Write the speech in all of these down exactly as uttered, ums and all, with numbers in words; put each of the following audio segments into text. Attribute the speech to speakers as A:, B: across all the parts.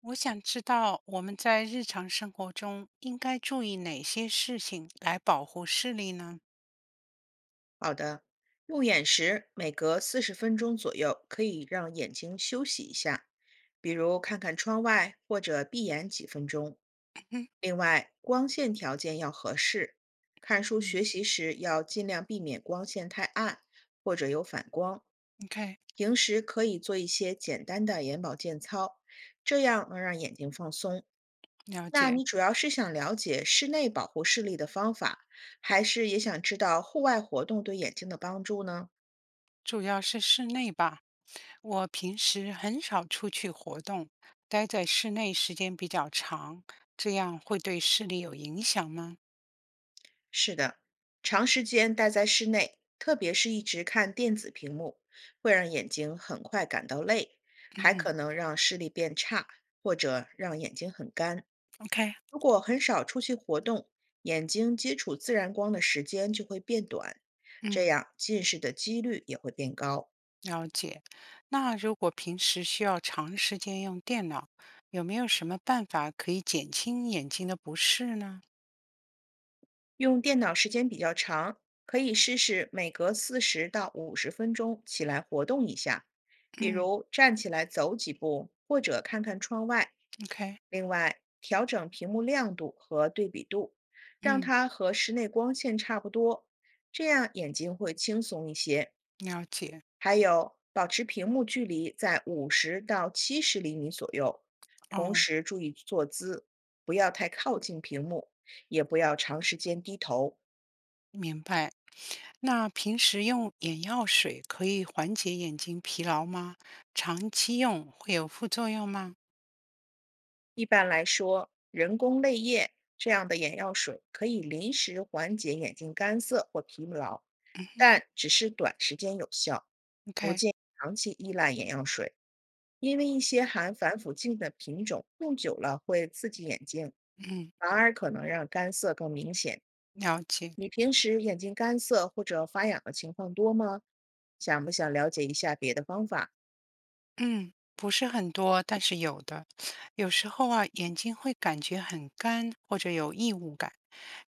A: 我想知道我们在日常生活中应该注意哪些事情来保护视力呢？
B: 好的，用眼时每隔四十分钟左右可以让眼睛休息一下，比如看看窗外或者闭眼几分钟。
A: 嗯，OK，
B: 另外，光线条件要合适，看 书
A: 嗯
B: 学习时要尽量避免光线太暗或者有反光。
A: ，OK，
B: 平时可以做一些简单的眼保健操，这样能让眼睛放松。
A: 了
B: 那
A: 解，
B: 你主要是想了解室内保护视力的方法，还是也想知道户外活动对眼睛的帮助呢？
A: 主要是室内吧。我平时很少出去活动，待在室内时间比较长，这样会对视力有影响吗？
B: 是的，长时间待在室内，特别是一直看电子屏幕，会让眼睛很快感到累，还
A: 嗯
B: 可能让视力变差，或者让眼睛很干。
A: ，OK，
B: 如果很少出去活动，眼睛接触自然光的时间就会变短，这
A: 嗯，
B: 样近视的几率也会变高。
A: 了解。那如果平时需要长时间用电脑，有没有什么办法可以减轻眼睛的不适呢？
B: 用电脑时间比较长，可以试试每隔四十到五十分钟起来活动一下，比
A: 嗯
B: 如站起来走几步，或者看看窗外。
A: ，OK。
B: 另外，调整屏幕亮度和对比度，让
A: 嗯，
B: 它和室内光线差不多，这样眼睛会轻松一些。
A: 了解，
B: 还有，保持屏幕距离在五十到七十厘米左右，同
A: 哦，
B: 时注意坐姿，不要太靠近屏幕，也不要长时间低头。
A: 明白。那平时用眼药水可以缓解眼睛疲劳吗？长期用会有副作用吗？
B: 一般来说，人工泪液这样的眼药水可以临时缓解眼睛干涩或疲劳，
A: 嗯哼
B: 但只是短时间有效，不
A: ，OK，
B: 建议长期依赖眼药水，因为一些含防腐剂的品种用久了会刺激眼睛，
A: 嗯，
B: 反而可能让干涩更明显。
A: 了解，
B: 你平时眼睛干涩或者发痒的情况多吗？想不想了解一下别的方法？
A: 嗯，不是很多，但是有的。有时候啊，眼睛会感觉很干或者有异物感，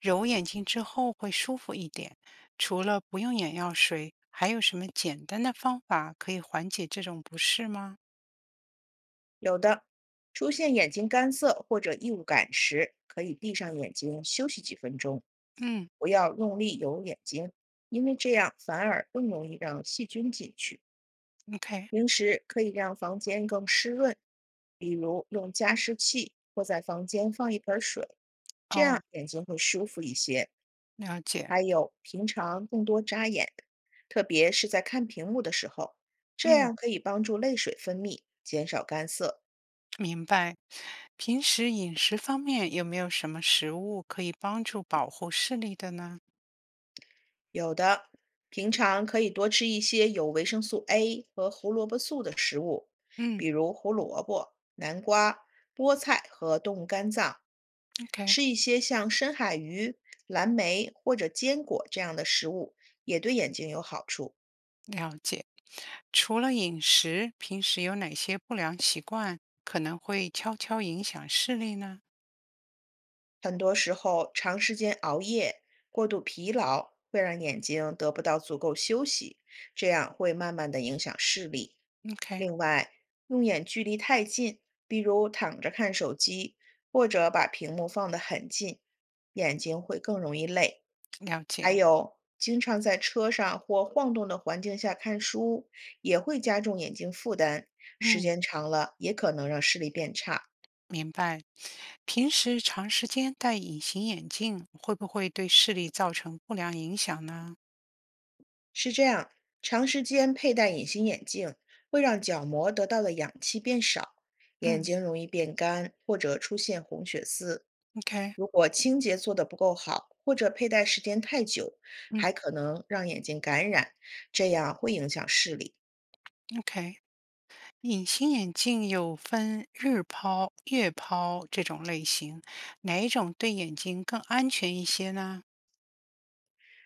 A: 揉眼睛之后会舒服一点。除了不用眼药水，还有什么简单的方法可以缓解这种不适吗？
B: 有的，出现眼睛干涩或者异物感时，可以闭上眼睛休息几分钟，
A: 嗯
B: 不要用力揉眼睛，因为这样反而更容易让细菌进去。
A: ，OK，
B: 平时可以让房间更湿润，比如用加湿器或在房间放一盆水，这
A: 哦。
B: 样眼睛会舒服一些。
A: 了解，
B: 还有，平常更多眨眼，特别是在看屏幕的时候，这
A: 嗯，
B: 样可以帮助泪水分泌，减少干涩。
A: 明白。平时饮食方面有没有什么食物可以帮助保护视力的呢？
B: 有的，平常可以多吃一些有维生素 A 和胡萝卜素的食物，
A: 嗯
B: 比如胡萝卜、南瓜、菠菜和动物肝脏。
A: ，OK，
B: 吃一些像深海鱼、蓝莓或者坚果这样的食物，也对眼睛有好处。
A: 了解。除了饮食，平时有哪些不良习惯可能会悄悄影响视力呢
B: 很多时候，长时间熬夜、过度疲劳会让眼睛得不到足够休息，这样会慢慢的影响视力。
A: ？OK，
B: 另外，用眼距离太近，比如躺着看手机，或者把屏幕放得很近，眼睛会更容易累。
A: 了
B: 还
A: 解。
B: 有，经常在车上或晃动的环境下看书，也会加重眼睛负担，时
A: 嗯，
B: 间长了也可能让视力变差。
A: 明白。平时长时间戴隐形眼镜会不会对视力造成不良影响呢？
B: 是这样，长时间佩戴隐形眼镜会让角膜得到的氧气变少，眼
A: 嗯
B: 睛容易变干或者出现红血丝。
A: ，OK，
B: 如果清洁做得不够好，或者佩戴时间太久，
A: 嗯
B: 还可能让眼睛感染，这样会影响视力。
A: ，OK。隐形眼镜有分日抛、月抛这种类型，哪一种对眼睛更安全一些呢？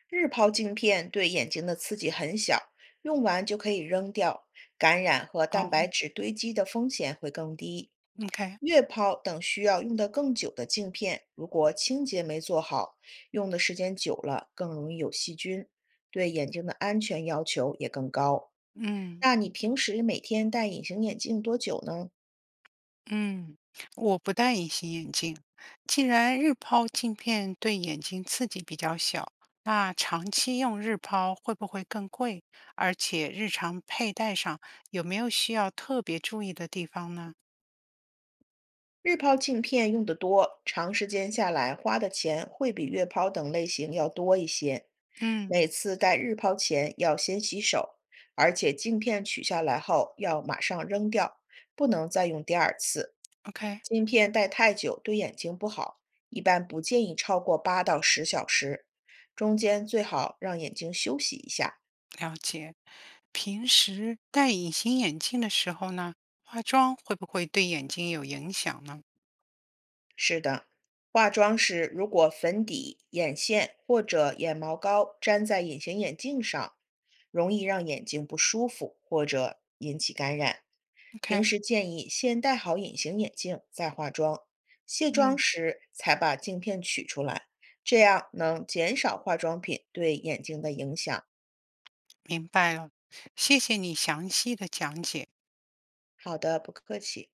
B: 日抛镜片对眼睛的刺激很小，用完就可以扔掉，感染和蛋白
A: 哦
B: 质堆积的风险会更低。
A: ，OK，
B: 月抛等需要用得更久的镜片，如果清洁没做好，用的时间久了更容易有细菌，对眼睛的安全要求也更高。
A: 嗯
B: 那你平时每天戴隐形眼镜多久呢？
A: 嗯，我不戴隐形眼镜。既然日抛镜片对眼睛刺激比较小，那长期用日抛会不会更贵？而且日常佩戴上有没有需要特别注意的地方呢？
B: 日抛镜片用得多，长时间下来花的钱会比月抛等类型要多一些。
A: 嗯
B: 每次戴日抛前要先洗手，而且镜片取下来后要马上扔掉，不能再用第二次。
A: ，OK。
B: 镜片戴太久对眼睛不好，一般不建议超过八到十小时，中间最好让眼睛休息一下。
A: 了解。平时戴隐形眼镜的时候呢，化妆会不会对眼睛有影响呢
B: 是的，化妆时如果粉底、眼线或者眼毛膏粘在隐形眼镜上，容易让眼睛不舒服或者引起感染。平
A: ？OK，
B: 时建议先戴好隐形眼镜再化妆，卸妆
A: 嗯，
B: 时才把镜片取出来，这样能减少化妆品对眼睛的影响。
A: 明白了，谢谢你详细的讲解。
B: 好的，不客气。